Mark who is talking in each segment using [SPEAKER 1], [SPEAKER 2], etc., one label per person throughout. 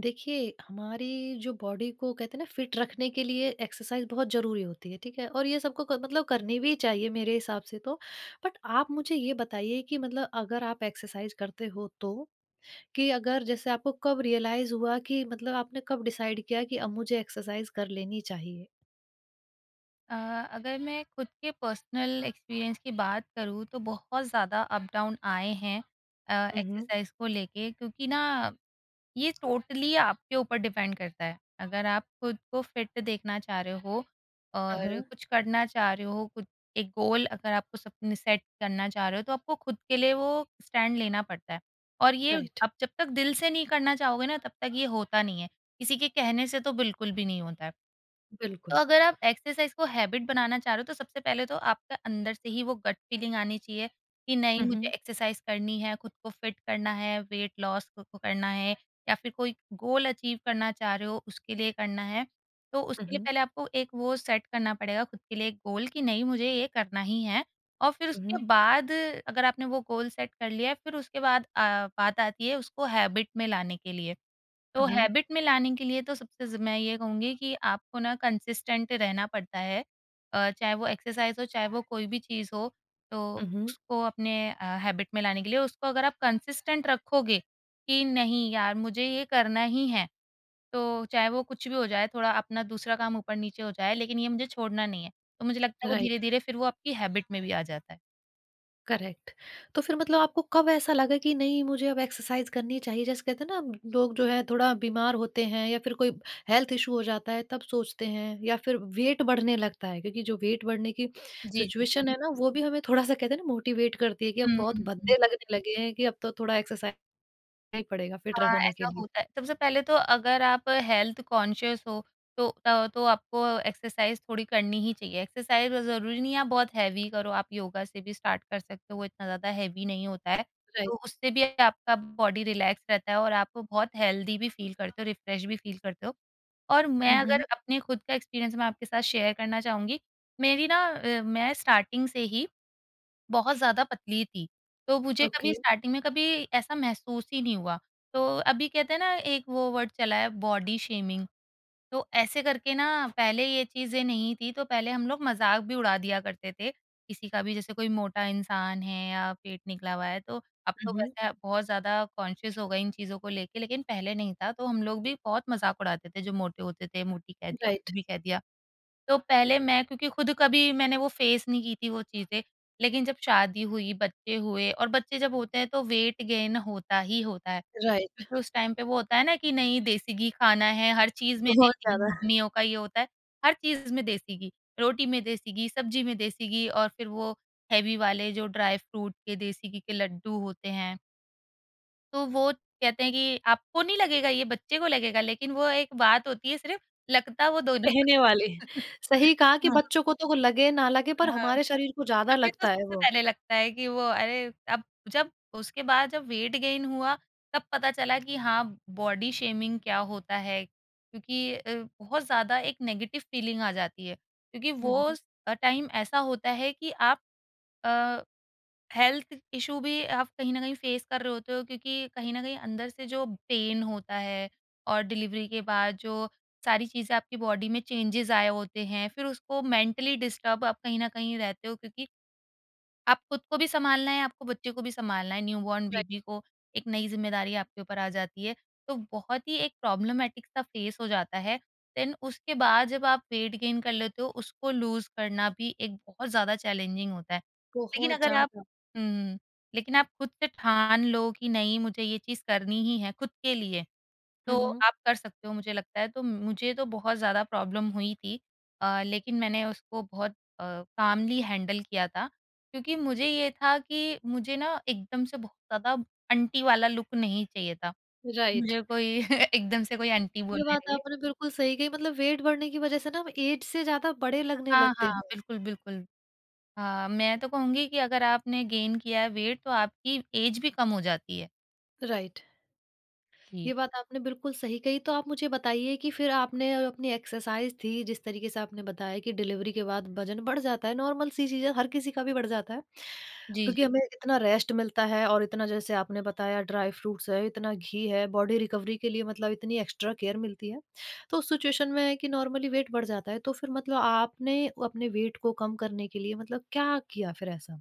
[SPEAKER 1] देखिए, हमारी जो बॉडी को कहते हैं ना फिट रखने के लिए एक्सरसाइज़ बहुत ज़रूरी होती है, ठीक है? और ये सबको क मतलब करनी भी चाहिए मेरे हिसाब से तो। बट आप मुझे ये बताइए कि मतलब अगर आप एक्सरसाइज़ करते हो तो? कि अगर जैसे आपको कब रियलाइज़ हुआ कि मतलब आपने कब डिसाइड किया कि अब मुझे एक्सरसाइज़ कर लेनी चाहिए?
[SPEAKER 2] अ, अगर मैं खुद के पर्सनल एक्सपीरियंस की बात करूँ तो बहुत ज़्यादा अप डाउन आए हैं अ,
[SPEAKER 1] हुँ, हुँ।
[SPEAKER 2] एक्सरसाइज को लेके, क्योंकि ना ये टोटली आपके ऊपर डिपेंड करता है। अगर आप खुद को फिट देखना चाह रहे हो
[SPEAKER 1] हाँ,
[SPEAKER 2] और
[SPEAKER 1] हाँ।
[SPEAKER 2] कुछ करना चाह रहे हो, कुछ एक गोल अगर आपको सपने सेट करना चाह रहे हो, तो आपको खुद के लिए वो स्टैंड लेना पड़ता है। और ये
[SPEAKER 1] राइट।
[SPEAKER 2] आप जब तक दिल से नहीं करना चाहोगे ना, तब तक ये होता नहीं है। किसी के कहने से तो बिल्कुल भी नहीं होता है। तो
[SPEAKER 1] बिल्कुल।
[SPEAKER 2] अगर आप एक्सरसाइज़ को हैबिट बनाना चाह रहे हो, तो सबसे पहले तो आपके अंदर से ही वो गट फीलिंग आनी चाहिए कि नहीं,
[SPEAKER 1] हुँ,
[SPEAKER 2] मुझे
[SPEAKER 1] हुँ।
[SPEAKER 2] एक्सरसाइज़ करनी है, खुद को फिट करना है, वेट लॉस खुद को करना है, या फिर कोई गोल अचीव करना चाह रहे हो उसके लिए करना है। तो
[SPEAKER 1] हुँ,
[SPEAKER 2] उसके लिए
[SPEAKER 1] हुँ।
[SPEAKER 2] पहले आपको एक वो सेट करना पड़ेगा, खुद के लिए एक गोल कि नहीं, मुझे ये करना ही है, और फिर
[SPEAKER 1] हुँ,
[SPEAKER 2] उसके बाद, अगर आपने वो गोल सेट कर लिया है, फिर उसके बाद बात आती है उसको हैबिट में लाने के लिए। तो
[SPEAKER 1] हुँ।
[SPEAKER 2] हैबिट में लाने के लिए तो सबसे ज़ मैं ये कहूँगी कि आपको ना कंसिस्टेंट रहना पड़ता है। चाहे वो एक्सरसाइज़ हो, चाहे वो कोई भी चीज़ हो, तो
[SPEAKER 1] हुँ, हुँ।
[SPEAKER 2] उसको अपने हैबिट में लाने के लिए, उसको अगर आप कंसिस्टेंट रखोगे कि नहीं यार, मुझे ये करना ही है, तो चाहे वो कुछ भी हो जाए, थोड़ा अपना दूसरा काम ऊपर-नीचे हो जाए, लेकिन ये मुझे छोड़ना नहीं है। तो मुझे लगता है, वो
[SPEAKER 1] राइट।
[SPEAKER 2] धीरे-धीरे फिर वो आपकी हैबिट में भी आ जाता है।
[SPEAKER 1] करेक्ट। तो फिर मतलब आपको कब ऐसा लगा कि नहीं मुझे अब एक्सरसाइज़ करनी चाहिए? जैसे कहते हैं ना लोग जो है थोड़ा बीमार होते हैं या फिर कोई हेल्थ इश्यू हो जाता है तब सोचते हैं या फिर वेट बढ़ने लगता है क्योंकि जो वेट बढ़ने की
[SPEAKER 2] जी, जी, जी।
[SPEAKER 1] सिचुएशन है ना वो भी हमें थोड़ा-सा कहते हैं ना मोटिवेट करती है कि
[SPEAKER 2] हुँ,
[SPEAKER 1] अब
[SPEAKER 2] हुँ,
[SPEAKER 1] बहुत
[SPEAKER 2] हुँ, हुँ।
[SPEAKER 1] भद्दे लगने लगे हैं कि अब तो थोड़ा एक्सरसाइज़ करना ही पड़ेगा फिट र
[SPEAKER 2] हाँ,
[SPEAKER 1] होने के
[SPEAKER 2] ऐसा
[SPEAKER 1] लिए।
[SPEAKER 2] होता है। सबसे पहले तो, अगर आप हेल्थ कॉन्शियस हो तो त तो आपको एक्सरसाइज़ थोड़ी करनी ही चाहिए। एक्सरसाइज़ ज़रूरी नहीं है आप बहुत हैवी करो, आप योगा से भी स्टार्ट कर सकते हो, वो इतना ज़्यादा हैवी नहीं होता है।
[SPEAKER 1] राइट।
[SPEAKER 2] तो उससे भी आपका बॉडी रिलैक्स रहता है, और आप बहुत हेल्दी भी फ़ील करते हो, रिफ्रेश भी फ़ील करते हो। और मैं,
[SPEAKER 1] हुँ, हुँ।
[SPEAKER 2] अगर अपने खुद का एक्सपीरियंस मैं आपके साथ शेयर करना चाहूँगी, मेरी ना मैं स्टार्टिंग से ही बहुत ज़्यादा पतली थी। तो मुझे कभी
[SPEAKER 1] ओके।
[SPEAKER 2] स्टार्टिंग में कभी ऐसा महसूस ही नहीं हुआ। तो अभी कहते हैं ना, एक वो वर्ड चला है बॉडी शेमिंग, तो ऐसे करके ना, पहले ये चीज़ें नहीं थी, तो पहले हम लोग मज़ाक भी उड़ा दिया करते थे। किसी का भी, जैसे कोई मोटा इंसान है या पेट निकला हुआ है, तो अब
[SPEAKER 1] हुँ,
[SPEAKER 2] तो
[SPEAKER 1] हुँ।
[SPEAKER 2] वैसे बहुत ज़्यादा कॉन्शियस हो गए इन चीज़ों को लेके, लेकिन पहले नहीं था। तो हम लोग भी बहुत मज़ाक उड़ाते थे, जो मोटे होते थे, मोटी कह दिया,
[SPEAKER 1] राइट,
[SPEAKER 2] कुछ भी कह दिया। तो पहले मैं, क्योंकि खुद कभी मैंने वो फेस नहीं की थी वो चीज़ें, लेकिन जब शादी हुई, बच्चे हुए, और बच्चे जब होते हैं तो वेट गेन होता ही होता है।
[SPEAKER 1] राइट।
[SPEAKER 2] क्योंकि उस टाइम पे वो होता है ना कि नहीं, देसी घी खाना है, हर चीज़ में
[SPEAKER 1] बहुत
[SPEAKER 2] देसी घी,
[SPEAKER 1] ज़्यादा
[SPEAKER 2] मम्मियों का ये होता है, हर चीज़ में देसी घी, रोटी में देसी घी, सब्जी में देसी घी, और फिर वो हेवी वाले जो ड्राई फ्रूट के देसी घी के लड्डू होते हैं। तो वो कहते हैं कि आपको नहीं लगेगा, ये बच्चे को लगेगा, लेकिन वो एक बात होती है, सिर्फ़ लगता वो दोनों को
[SPEAKER 1] कहने वाले।
[SPEAKER 2] ही है।
[SPEAKER 1] सही कहा कि
[SPEAKER 2] हाँ।
[SPEAKER 1] बच्चों को तो वो लगे ना लगे पर
[SPEAKER 2] हाँ,
[SPEAKER 1] हमारे शरीर को ज़्यादा
[SPEAKER 2] हमें तो
[SPEAKER 1] लगता है
[SPEAKER 2] सबसे
[SPEAKER 1] वो।
[SPEAKER 2] पहले लगता है कि वो, अरे, अब जब, उसके बाद जब वेट गेन हुआ, तब पता चला कि हाँ, बॉडी शेमिंग क्या होता है, क्योंकि बहुत ज़्यादा एक नेगेटिव फीलिंग आ जाती है। क्योंकि
[SPEAKER 1] हुँ,
[SPEAKER 2] वो
[SPEAKER 1] हुँ।
[SPEAKER 2] टाइम ऐसा होता है कि आप हेल्थ इशू भी आप कहीं न कहीं फेस कर रहे होते हो, क्योंकि कहीं न कहीं अंदर से जो पेन होता है, और डिलीवरी के बाद जो सारी चीज़ें आपकी बॉडी में चेंजेज़ आए होते हैं, फिर उसको मेंटली डिस्टर्ब आप कहीं न कहीं रहते हो, क्योंकि आप खुद को भी सँभालना है, आपको बच्चे को भी सँभालना है, न्यूबॉर्न
[SPEAKER 1] राइट।
[SPEAKER 2] बेबी को एक नई ज़िम्मेदारी आपके ऊपर आ जाती है, तो बहुत ही एक प्रॉब्लमैटिक सा फ़ेस हो जाता है। देन उसके बाद जब आप वेट गेन कर लेते हो, उसको लूज़ करना भी एक बहुत ज़्यादा चैलेंजिंग होता है। लेकिन
[SPEAKER 1] बहुत
[SPEAKER 2] अगर बिल्कुल।
[SPEAKER 1] ज़्यादा।
[SPEAKER 2] हुँ, लेकिन आप खुद से ठान लो कि नहीं, मुझे ये चीज़ करनी ही है खुद के लिए, तो
[SPEAKER 1] हुँ, हुँ।
[SPEAKER 2] आप कर सकते हो मुझे लगता है। तो मुझे तो बहुत ज़्यादा प्रॉब्लम हुई थी, लेकिन मैंने उसको बहुत कामली हैंडल किया था। क्योंकि मुझे ये था कि मुझे ना एकदम से बहुत ज़्यादा आंटी वाला लुक नहीं चाहिए था।
[SPEAKER 1] राइट।
[SPEAKER 2] मुझे कोई एकदम से कोई आंटी
[SPEAKER 1] ये
[SPEAKER 2] बोलने
[SPEAKER 1] बात
[SPEAKER 2] लगे।
[SPEAKER 1] आपने बिल्कुल सही कही मतलब वेट बढ़ने की वज़ह से ना हम ऐज से ज़्यादा बड़े लगने
[SPEAKER 2] हाँ,
[SPEAKER 1] लगते
[SPEAKER 2] हाँ,
[SPEAKER 1] हैं।
[SPEAKER 2] बिल्कुल, बिल्कुल। हाँ, मैं तो कहूँगी कि अगर आपने गेन किया है वेट, तो आपकी एज भी कम हो जाती है।
[SPEAKER 1] राइट।
[SPEAKER 2] जी।
[SPEAKER 1] ये बात आपने बिल्कुल सही कही। तो आप मुझे बताइए कि फिर आपने अपनी एक्सरसाइज़ थी जिस तरीके से आपने बताया कि डिलीवरी के बाद वज़न बढ़ जाता है, नॉर्मल सी चीज़ है, हर किसी का भी बढ़ जाता है।
[SPEAKER 2] जी,
[SPEAKER 1] क्योंकि
[SPEAKER 2] जी।
[SPEAKER 1] हमें इतना रेस्ट मिलता है और इतना जैसे आपने बताया ड्राई फ्रूट्स है, इतना घी है, बॉडी रिकवरी के लिए मतलब इतनी एक्स्ट्रा केयर मिलती है। तो उस सिचुएशन में है कि नॉर्मली वेट बढ़ जाता है, तो फिर मतलब आपने अपने वेट को कम करने के लिए मतलब क्या किया फिर ऐसा?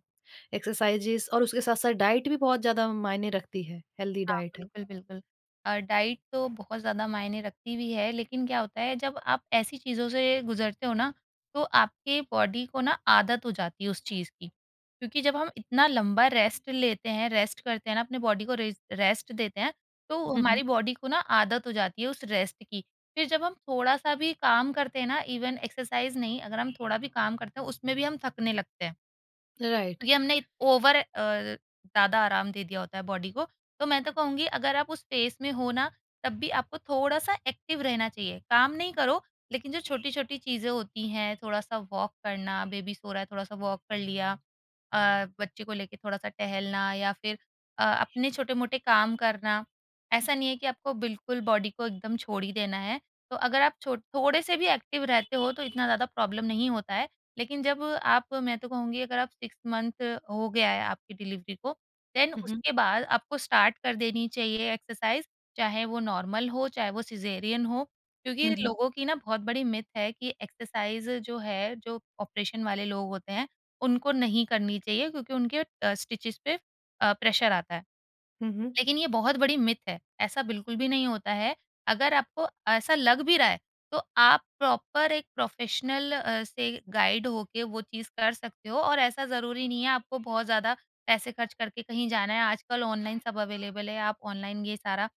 [SPEAKER 1] एक्सरसाइज़ेज़ और उसके साथ-साथ डाइट भी बहुत ज़्यादा मायने रखती है, हेल्दी
[SPEAKER 2] हाँ,
[SPEAKER 1] डाइट है।
[SPEAKER 2] बिल्कुल, बिल्कुल। डाइट तो बहुत ज़्यादा मायने रखती भी है, लेकिन क्या होता है, जब आप ऐसी चीज़ों से गुज़रते हो ना, तो आपके बॉडी को ना आदत हो जाती है उस चीज़ की। क्योंकि जब हम इतना लंबा रेस्ट लेते हैं, रेस्ट करते हैं ना, अपने बॉडी को रेस्ट देते हैं, तो
[SPEAKER 1] हुँ, हुँ।
[SPEAKER 2] हमारी बॉडी को ना आदत हो जाती है उस रेस्ट की। फिर जब हम थोड़ा-सा भी काम करते हैं ना, इवन एक्सरसाइज़ नहीं, अगर हम थोड़ा भी काम करते हैं, उसमें भी हम थकने लगते हैं।
[SPEAKER 1] राइट।
[SPEAKER 2] क्योंकि हमने ज़्यादा आराम दे दिया होता है बॉडी को। तो मैं तो कहूँगी, अगर आप उस फ़ेज़ में हो ना, तब भी आपको थोड़ा-सा एक्टिव रहना चाहिए। काम नहीं करो, लेकिन जो छोटी-छोटी चीज़ें होती हैं, थोड़ा-सा वॉक करना, बेबी सो रहा है थोड़ा-सा वॉक कर लिया, बच्चे को लेके थोड़ा-सा टहलना, या फिर अपने छोटे-मोटे काम करना। ऐसा नहीं है कि आपको बिल्कुल बॉडी को एकदम छोड़ ही देना है। तो अगर आप छो थोड़े से भी एक्टिव रहते हो, तो इतना ज़्यादा प्रॉब्लम नहीं होता है। लेकिन जब आप, मैं तो कहूँगी, अगर आप 6 मंथ हो गया है आपकी डिलीवरी को, देन
[SPEAKER 1] हुँ, हुँ।
[SPEAKER 2] उसके बाद आपको स्टार्ट कर देनी चाहिए एक्सरसाइज़, चाहे वो नॉर्मल हो, चाहे वो सिज़ेरियन हो। क्योंकि
[SPEAKER 1] हुँ,
[SPEAKER 2] जी।
[SPEAKER 1] हुँ।
[SPEAKER 2] लोगों की ना बहुत बड़ी मिथ है कि एक्सरसाइज़ जो है, जो ऑपरेशन वाले लोग होते हैं, उनको नहीं करनी चाहिए, क्योंकि उनके स्टिचेज़ पे प्रेशर आता है।
[SPEAKER 1] हुँ, हुँ।
[SPEAKER 2] लेकिन ये बहुत बड़ी मिथ है, ऐसा बिल्कुल भी नहीं होता है। अगर आपको ऐसा लग भी रहा है, तो आप प्रॉपर एक प्रोफ़ेशनल से गाइड होके वो चीज़ कर सकते हो, और ऐसा ज़रूरी नहीं है आपको बहुत ज़्यादा पैसे खर्च करके कहीं जाना है। आजकल ऑनलाइन सब अवेलेबल है, आप ऑनलाइन ये सारा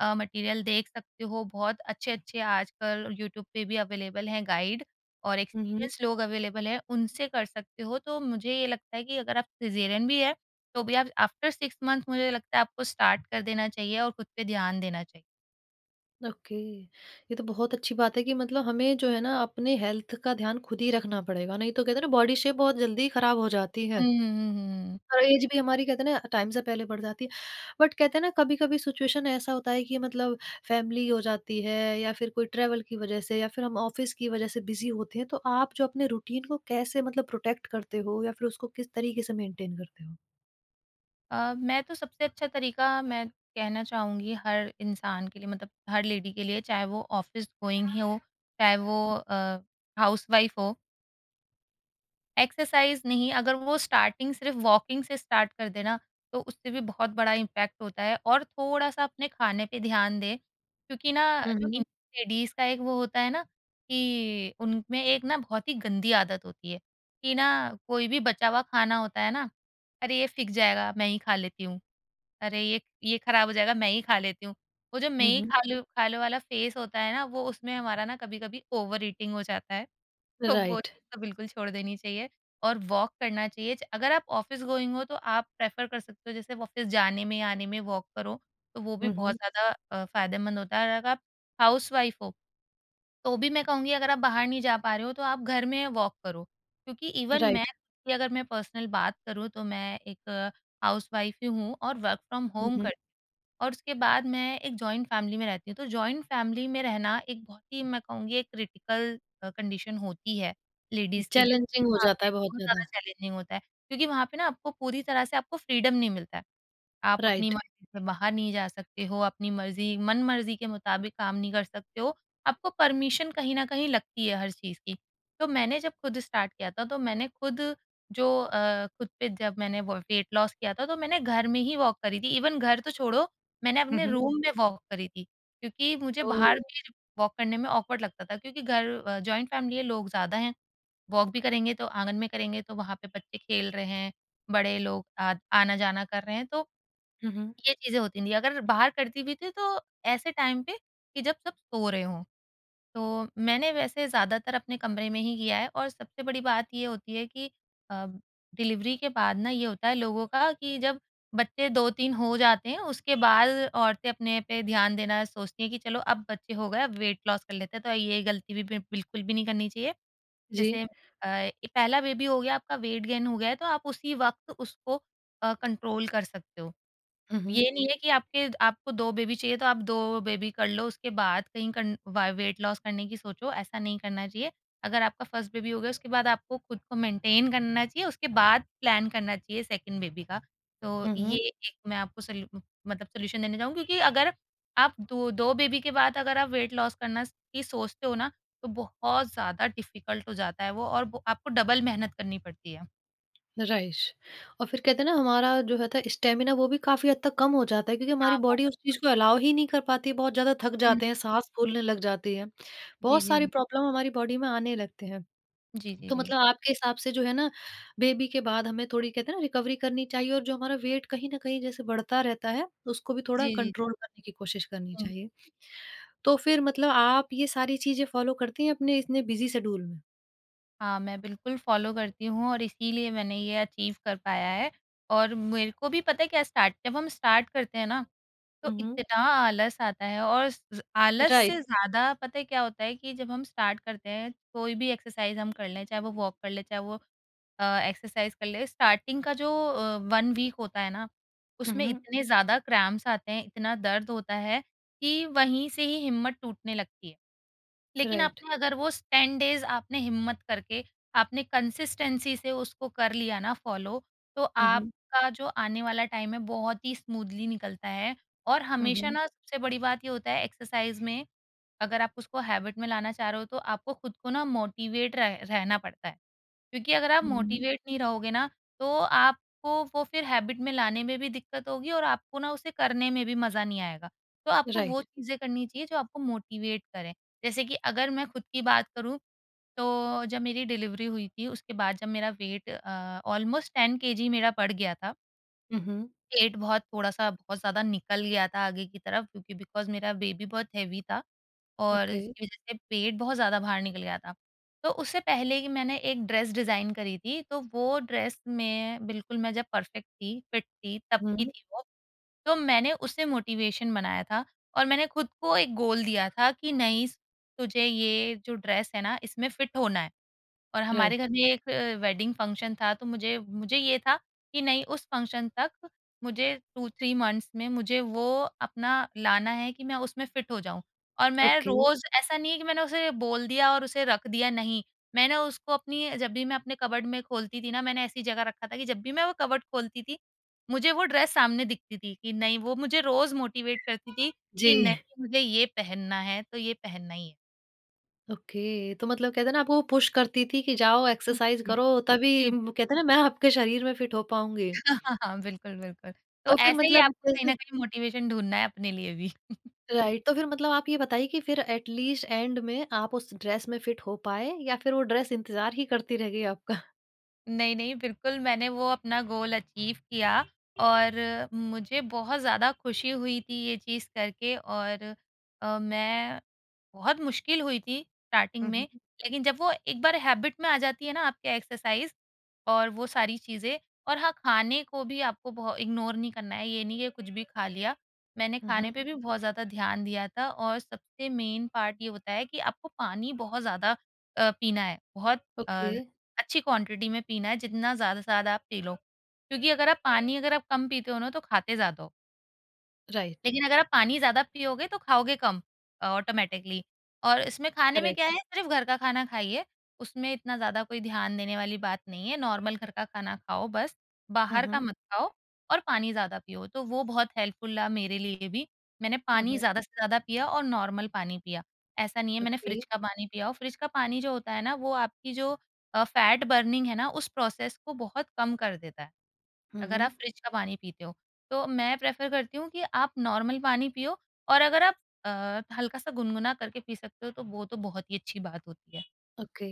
[SPEAKER 2] मटीरियल देख सकते हो। बहुत अच्छे-अच्छे आजकल यूट्यूब पे भी अवेलेबल हैं गाइड और
[SPEAKER 1] हुँ, हुँ।
[SPEAKER 2] एक्सपीरियंस लोग अवेलेबल हैं, उनसे कर सकते हो। तो मुझे ये लगता है कि अगर आप सिज़ेरियन भी है, तो भी आप आफ्टर 6 मंथ, मुझे लगता है आपको स्टार्ट कर देना चाहिए और खुद पे ध्यान देना चाहिए।
[SPEAKER 1] ओके। ये तो बहुत अच्छी बात है कि मतलब हमें जो है ना अपने हेल्थ का ध्यान खुद ही रखना पड़ेगा, नहीं तो कहते हैं ना बॉडी शेप बहुत जल्दी खराब हो जाती
[SPEAKER 2] हुँ,
[SPEAKER 1] है
[SPEAKER 2] हुँ, हुँ, हुँ।
[SPEAKER 1] और ऐज भी हमारी कहते हैं ना टाइम से पहले बढ़ जाती है। बट कहते हैं ना कभी-कभी सिचुएशन ऐसा होता है कि मतलब फैमिली हो जाती है या फिर कोई ट्रैवल की वजह से या फिर हम ऑफ़िस की वजह से बिज़ी होते हैं, तो आप जो अपने रूटीन को कैसे मतलब प्रोटेक्ट करते हो या फिर उसको किस तरीके से मेंटेन करते हो?
[SPEAKER 2] मैं तो सबसे अच्छा तरीका मैं कहना चाहूँगी हर इंसान के लिए, मतलब हर लेडी के लिए, चाहे वो ऑफ़िस गोइंग ही हो, चाहे वो हाउसवाइफ़ हो। एक्सरसाइज़ नहीं, अगर वो स्टार्टिंग सिर्फ़ वॉकिंग से स्टार्ट कर दे ना, तो उससे भी बहुत बड़ा इम्पैक्ट होता है, और थोड़ा-सा अपने खाने पे ध्यान दें, क्योंकि ना
[SPEAKER 1] हुँ,
[SPEAKER 2] जो
[SPEAKER 1] हुँ।
[SPEAKER 2] इंडियन लेडीज़ का एक वो होता है ना कि उनमें एक ना बहुत ही गंदी आदत होती है कि ना, कोई भी बचा हुआ खाना होता है ना, "अरे! ये फ़िक जाएगा, मैं ही खा लेती हूँ। अरे! ये ख़राब हो जाएगा, मैं ही खा लेती हूँ।" वो जो मैं
[SPEAKER 1] हुँ,
[SPEAKER 2] ही
[SPEAKER 1] हुँ।
[SPEAKER 2] खा लूँ खा लो वाला फ़ेस होता है ना, वो उसमें हमारा ना कभी-कभी ओवर ईटिंग हो जाता है। तो वो
[SPEAKER 1] राइट।
[SPEAKER 2] चीज़ तो बिल्कुल छोड़ देनी चाहिए और वॉक करना चाहिए। च अगर आप ऑफ़िस गोइंग हो तो आप प्रेफ़र कर सकते हो जैसे ऑफ़िस जाने में, आने में वॉक करो, तो वो भी
[SPEAKER 1] हुँ,
[SPEAKER 2] बहुत
[SPEAKER 1] हुँ।
[SPEAKER 2] ज़्यादा फ़ायदेमंद होता है और अगर आप हाउसवाइफ़ हो तो भी मैं कहूँगी अगर आप बाहर नहीं जा पा रहे हो तो आप घर में वॉक करो। क्योंकि इवन मैं
[SPEAKER 1] राइट।
[SPEAKER 2] खुद की अगर मैं पर्सनल बात करूँ तो मैं एक हाउसवाइफ़ ही हूँ और वर्क फ्रॉम
[SPEAKER 1] हुँ,
[SPEAKER 2] होम
[SPEAKER 1] हुँ।
[SPEAKER 2] करती हूँ। और उसके बाद मैं एक जॉइंट फैमिली में रहती हूँ, तो जॉइंट फैमिली में रहना एक बहुत ही मैं कहूँगी एक क्रिटिकल कंडीशन होती है लेडीज़ के लिए। क्योंकि
[SPEAKER 1] चैलेंजिंग हो
[SPEAKER 2] वहाँ
[SPEAKER 1] जाता
[SPEAKER 2] पे
[SPEAKER 1] है बहुत
[SPEAKER 2] बहुत ज़्यादा
[SPEAKER 1] ज़्यादा,
[SPEAKER 2] चैलेंजिंग होता है, क्योंकि वहाँ पे ना आपको पूरी तरह से आपको फ्रीडम नहीं मिलता है। आप अपनी
[SPEAKER 1] राइट।
[SPEAKER 2] मर्ज़ी से बाहर नहीं जा सकते हो, अपनी मर्ज़ी मन-मर्ज़ी के मुताबिक काम नहीं कर सकते हो, आपको परमिशन कहीं न कहीं लगती है हर चीज़ की। तो मैंने जब खुद स्टार्ट किया था, तो मैंने खुद जो खुद पे जब मैंने व वेट लॉस किया था, तो मैंने घर में ही वॉक करी थी। इवन घर तो छोड़ो, मैंने
[SPEAKER 1] हुँ,
[SPEAKER 2] अपने
[SPEAKER 1] हुँ।
[SPEAKER 2] रूम में वॉक करी थी, क्योंकि मुझे बाहर
[SPEAKER 1] ओह!
[SPEAKER 2] भी वॉक करने में ऑकवर्ड लगता था क्योंकि घर जॉइंट फ़ैमिली है, लोग ज़्यादा हैं, वॉक भी करेंगे तो आँगन में करेंगे, तो वहाँ पे बच्चे खेल रहे हैं, बड़े लोग आ आना-जाना कर रहे हैं, तो
[SPEAKER 1] हुँ, हुँ।
[SPEAKER 2] ये चीज़ें होती नहीं थी। अगर बाहर करती भी थी तो ऐसे टाइम पे कि जब सब सो रहे हों। तो मैंने वैसे ज़्यादातर अपने कमरे में ही किया है और सबसे बड़ी बात ये होती है कि अ, डिलीवरी के बाद ना ये होता है लोगों का कि जब बच्चे 2-3 हो जाते हैं उसके बाद औरतें अपने पे ध्यान देना सोचती हैं कि चलो अब बच्चे हो गए अब वेट लॉस कर लेते हैं। तो ये गलती भी बि बिल्कुल भी नहीं करनी चाहिए।
[SPEAKER 1] जी।
[SPEAKER 2] जैसे ये पहला बेबी हो गया आपका वेट गेन हो गया है तो आप उसी वक़्त उसको कंट्रोल कर सकते हो।
[SPEAKER 1] हुँ, हुँ।
[SPEAKER 2] ये नहीं है कि आपके आपको 2 बेबी चाहिए, तो आप 2 बेबी कर लो, उसके बाद कहीं कन वा वेट लॉस करने की सोचो, ऐसा नहीं करना चाहिए। अगर आपका फर्स्ट बेबी हो गया, उसके बाद आपको खुद को मेंटेन करना चाहिए, उसके बाद प्लान करना चाहिए सेकंड बेबी का। तो
[SPEAKER 1] हुँ,
[SPEAKER 2] ये
[SPEAKER 1] हुँ।
[SPEAKER 2] एक मैं आपको सल्यू मतलब सॉल्यूशन देना चाहूँगी क्योंकि अगर आप दो 2 बेबी के बाद अगर आप वेट लॉस करना स की सोचते हो ना, तो बहुत ज़्यादा डिफ़िकल्ट हो जाता है वो और वो आपको डबल मेहनत करनी पड़ती है।
[SPEAKER 1] राइट। और फिर कहते हैं ना हमारा जो होता है स्टैमिना वो भी काफ़ी हद तक कम हो जाता है क्योंकि हमारी
[SPEAKER 2] हाँ,
[SPEAKER 1] बॉडी
[SPEAKER 2] बहुत
[SPEAKER 1] उस चीज़ को अलाउ ही नहीं कर पाती है, बहुत ज़्यादा थक
[SPEAKER 2] हुँ।
[SPEAKER 1] जाते हैं, साँस फूलने लग जाती है।
[SPEAKER 2] जी,
[SPEAKER 1] बहुत
[SPEAKER 2] जी,
[SPEAKER 1] सारी
[SPEAKER 2] जी।
[SPEAKER 1] प्रॉब्लम हमारी बॉडी में आने लगते हैं।
[SPEAKER 2] जी, जी,
[SPEAKER 1] तो
[SPEAKER 2] जी।
[SPEAKER 1] मतलब आपके हिसाब से जो है ना बेबी के बाद हमें थोड़ी कहते हैं ना रिकवरी करनी चाहिए और जो हमारा वेट कहीं न कहीं जैसे बढ़ता रहता है, उसको भी थोड़ा
[SPEAKER 2] जी, जी।
[SPEAKER 1] कंट्रोल करने की कोशिश करनी चाहिए। तो फिर मतलब आप ये सारी चीज़ें फ़ॉलो करती हैं अपने इतने बिज़ी शेड्यूल में?
[SPEAKER 2] हाँ, मैं बिल्कुल फ़ॉलो करती हूँ और इसीलिए मैंने ये अचीव कर पाया है और मेरे को भी पता है क्या स्टार्ट जब हम स्टार्ट करते हैं ना, तो
[SPEAKER 1] हुँ।
[SPEAKER 2] इतना आलस आता है और ज़ आलस
[SPEAKER 1] राइट।
[SPEAKER 2] से ज़्यादा पता है क्या होता है कि जब हम स्टार्ट करते हैं, कोई भी एक्सरसाइज़ हम कर लें, चाहे वो वॉक कर लें, चाहे वो एक्सरसाइज़ कर लें, स्टार्टिंग का जो 1 वीक होता है ना, उसमें
[SPEAKER 1] हुँ,
[SPEAKER 2] इतने ज़्यादा क्रैम्प्स आते हैं, इतना दर्द होता है कि वहीं से ही हिम्मत टूटने लगती है। लेकिन
[SPEAKER 1] राइट।
[SPEAKER 2] आपने अगर वो स 10 डेज़ आपने हिम्मत करके, आपने कंसिस्टेंसी से उसको कर लिया ना फ़ॉलो, तो
[SPEAKER 1] हुँ, हुँ,
[SPEAKER 2] आपका जो आने वाला टाइम है, बहुत ही स्मूथली निकलता है और हमेशा ना सबसे बड़ी बात ये होता है एक्सरसाइज़ में, अगर आप उसको हैबिट में लाना चाह रहे हो, तो आपको खुद को ना मोटिवेट रह रहना पड़ता है। क्योंकि अगर आप
[SPEAKER 1] हुँ,
[SPEAKER 2] मोटिवेट नहीं रहोगे ना, तो आपको वो फिर हैबिट में लाने में भी दिक्कत होगी और आपको ना उसे करने में भी मज़ा नहीं आएगा। तो आपको वो
[SPEAKER 1] राइट।
[SPEAKER 2] चीज़ें करनी चाहिए जो आपको मोटिवेट करें। जैसे कि अगर मैं खुद की बात करूँ, तो जब मेरी डिलीवरी हुई थी उसके बाद जब मेरा वेट ऑलमोस्ट 10 केजी मेरा बढ़ गया था।
[SPEAKER 1] हुँ,
[SPEAKER 2] पेट बहुत ज़्यादा निकल गया था आगे की तरफ क्योंकि बिकॉज़ मेरा बेबी बहुत हेवी था और
[SPEAKER 1] ओके।
[SPEAKER 2] इसकी वज़ह से पेट बहुत ज़्यादा बाहर निकल गया था। तो उससे पहले कि मैंने एक ड्रेस डिज़ाइन करी थी, तो वो ड्रेस में बिल्कुल मैं जब परफ़ेक्ट थी, फिट थी, तब की
[SPEAKER 1] हुँ,
[SPEAKER 2] थी वो। तो मैंने उससे मोटिवेशन बनाया था और मैंने खुद को एक गोल दिया था कि नहीं, तुझे ये जो ड्रेस है ना, इसमें फिट होना है। और हमारे
[SPEAKER 1] राइट।
[SPEAKER 2] घर में एक वेडिंग फंक्शन था तो मुझे मुझे ये था कि नहीं उस फंक्शन तक मुझे 2-3 मंथ्स में मुझे वो अपना लाना है कि मैं उसमें फिट हो जाऊँ। और मैं
[SPEAKER 1] ओके।
[SPEAKER 2] रोज़ ऐसा नहीं है कि मैंने उसे बोल दिया और उसे रख दिया, नहीं। मैंने उसको अपनी जब भी मैं अपने कबर्ड में खोलती थी ना, मैंने ऐसी जगह रखा था कि जब भी मैं वो कबर्ड खोलती थी, मुझे वो ड्रेस सामने दिखती थी कि नहीं वो मुझे रोज़ मोटिवेट करती थी
[SPEAKER 1] जी।
[SPEAKER 2] कि नहीं मुझे ये पहनना है, तो ये पहनना ही है।
[SPEAKER 1] ओके, तो मतलब कहते हैं ना आपको वो पुश करती थी कि जाओ
[SPEAKER 2] जी,
[SPEAKER 1] एक्सरसाइज़
[SPEAKER 2] जी,
[SPEAKER 1] करो तभी
[SPEAKER 2] जी। जी।
[SPEAKER 1] कहते हैं ना मैं आपके शरीर में फिट हो पाऊँगी।
[SPEAKER 2] हाँ, हाँ, हाँ, बिल्कुल, बिल्कुल। तो
[SPEAKER 1] तो फिर
[SPEAKER 2] ऐसे ही
[SPEAKER 1] मतलब
[SPEAKER 2] आपको कहीं
[SPEAKER 1] जैसे
[SPEAKER 2] न कहीं मोटिवेशन ढूँढना है अपने लिए भी।
[SPEAKER 1] राइट, तो फिर मतलब आप ये बताइए कि फिर एट लीस्ट एंड में आप उस ड्रेस में फिट हो पाए या फिर वो ड्रेस इंतज़ार ही करती रह गई आपका?
[SPEAKER 2] नहीं, नहीं, बिल्कुल मैंने वो अपना गोल अचीव किया और मुझे बहुत ज़्यादा खुशी हुई थी ये चीज़ करके और मैं बहुत मुश्किल हुई थी स्टार्टिंग
[SPEAKER 1] हुँ,
[SPEAKER 2] में,
[SPEAKER 1] हुँ।
[SPEAKER 2] लेकिन जब वो एक बार हैबिट में आ जाती है ना आपके एक्सरसाइज़ और वो सारी चीज़ें और हाँ, खाने को भी आपको बहु इग्नोर नहीं करना है, ये नहीं कि कुछ भी खा लिया। मैंने
[SPEAKER 1] हुँ, हुँ।
[SPEAKER 2] खाने पे भी बहुत ज़्यादा ध्यान दिया था और सबसे मेन पार्ट ये होता है कि आपको पानी बहुत ज़्यादा पीना है, बहुत अ,
[SPEAKER 1] ओके,
[SPEAKER 2] अच्छी क्वांटिटी में पीना है, जितना ज़्यादा से ज़्यादा आप पी लो। क्योंकि अगर आप कम पीते हो ना, तो खाते ज़्यादा हो।
[SPEAKER 1] राइट,
[SPEAKER 2] लेकिन अगर आप पानी ज़्यादा पियोगे तो खाओगे कम ऑटोमैटिकली और इसमें खाने में क्या
[SPEAKER 1] करेक्ट।
[SPEAKER 2] है सिर्फ़ घर का खाना खाइए, उसमें इतना ज़्यादा कोई ध्यान देने वाली बात नहीं है, नॉर्मल घर का खाना खाओ बस,
[SPEAKER 1] हुँ,
[SPEAKER 2] बाहर का
[SPEAKER 1] हुँ।
[SPEAKER 2] मत खाओ और पानी ज़्यादा पियो, तो वो बहुत हेल्पफुल रहा मेरे लिए भी। मैंने
[SPEAKER 1] हुँ,
[SPEAKER 2] पानी
[SPEAKER 1] हुँ।
[SPEAKER 2] ज़्यादा से ज़्यादा पिया और नॉर्मल पानी पिया, ऐसा नहीं है मैंने
[SPEAKER 1] ओके।
[SPEAKER 2] फ्रिज का पानी पिया और फ्रिज का पानी जो होता है ना वो आपकी जो फैट बर्निंग है ना उस प्रोसेस को बहुत कम कर देता है,
[SPEAKER 1] हुँ,
[SPEAKER 2] अगर आप
[SPEAKER 1] हुँ।
[SPEAKER 2] फ्रिज का पानी पीते हो। तो मैं प्रेफ़र करती हूँ कि आप नॉर्मल पानी पियो और अगर आप हल्का-सा गुनगुना करके पी सकते हो तो वो तो बहुत ही अच्छी बात होती है।
[SPEAKER 1] ओके,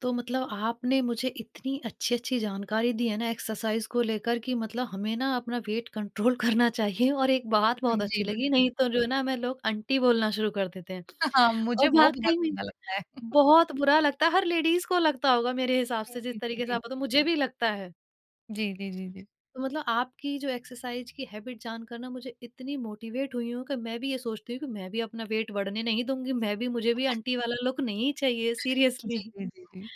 [SPEAKER 1] तो मतलब आपने मुझे इतनी अच्छी-अच्छी जानकारी दी है ना एक्सरसाइज़ को लेकर कि मतलब हमें ना अपना वेट कंट्रोल करना चाहिए और एक बात
[SPEAKER 2] हुँ,
[SPEAKER 1] बहुत
[SPEAKER 2] जी,
[SPEAKER 1] अच्छी लगी,
[SPEAKER 2] बिल्कुल।
[SPEAKER 1] नहीं तो जो है ना हमें लोग आंटी बोलना शुरू कर देते हैं।
[SPEAKER 2] हाँ, मुझे
[SPEAKER 1] और
[SPEAKER 2] वो बहुत
[SPEAKER 1] वाक़ई में
[SPEAKER 2] गंदा लगता है।
[SPEAKER 1] बहुत बुरा लगता है, हर लेडीज़ को लगता होगा मेरे हिसाब
[SPEAKER 2] जी,
[SPEAKER 1] से
[SPEAKER 2] जी,
[SPEAKER 1] जिस
[SPEAKER 2] जी,
[SPEAKER 1] तरीके से
[SPEAKER 2] जी।
[SPEAKER 1] आप बता मुझे भी लगता है।
[SPEAKER 2] जी, जी, जी, जी।
[SPEAKER 1] तो मतलब आपकी जो एक्सरसाइज की हैबिट जानकर ना मुझे इतनी मोटिवेट हुई हूँ कि मैं भी ये सोचती हूँ कि मैं भी अपना वेट बढ़ने नहीं दूंगी। मैं भी मुझे भी आंटी वाला लुक नहीं चाहिए
[SPEAKER 2] जी,
[SPEAKER 1] सीरियसली।
[SPEAKER 2] जी, जी, जी। जी।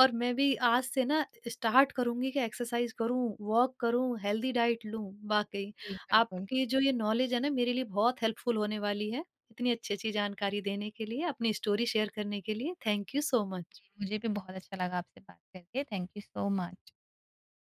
[SPEAKER 1] और मैं भी आज से ना स्टार्ट करूंगी कि एक्सरसाइज करूं, वॉक करूं, हेल्दी डाइट लूं। वाकई
[SPEAKER 2] जी, बिल्कुल।
[SPEAKER 1] आपकी जो ये नॉलेज है ना मेरे लिए बहुत हेल्पफुल होने वाली है। इतनी अच्छी अच्छी जानकारी देने के लिए, अपनी स्टोरी शेयर करने के लिए थैंक यू सो मच।
[SPEAKER 2] मुझे भी बहुत अच्छा लगा आपसे बात करके। Thank you so much.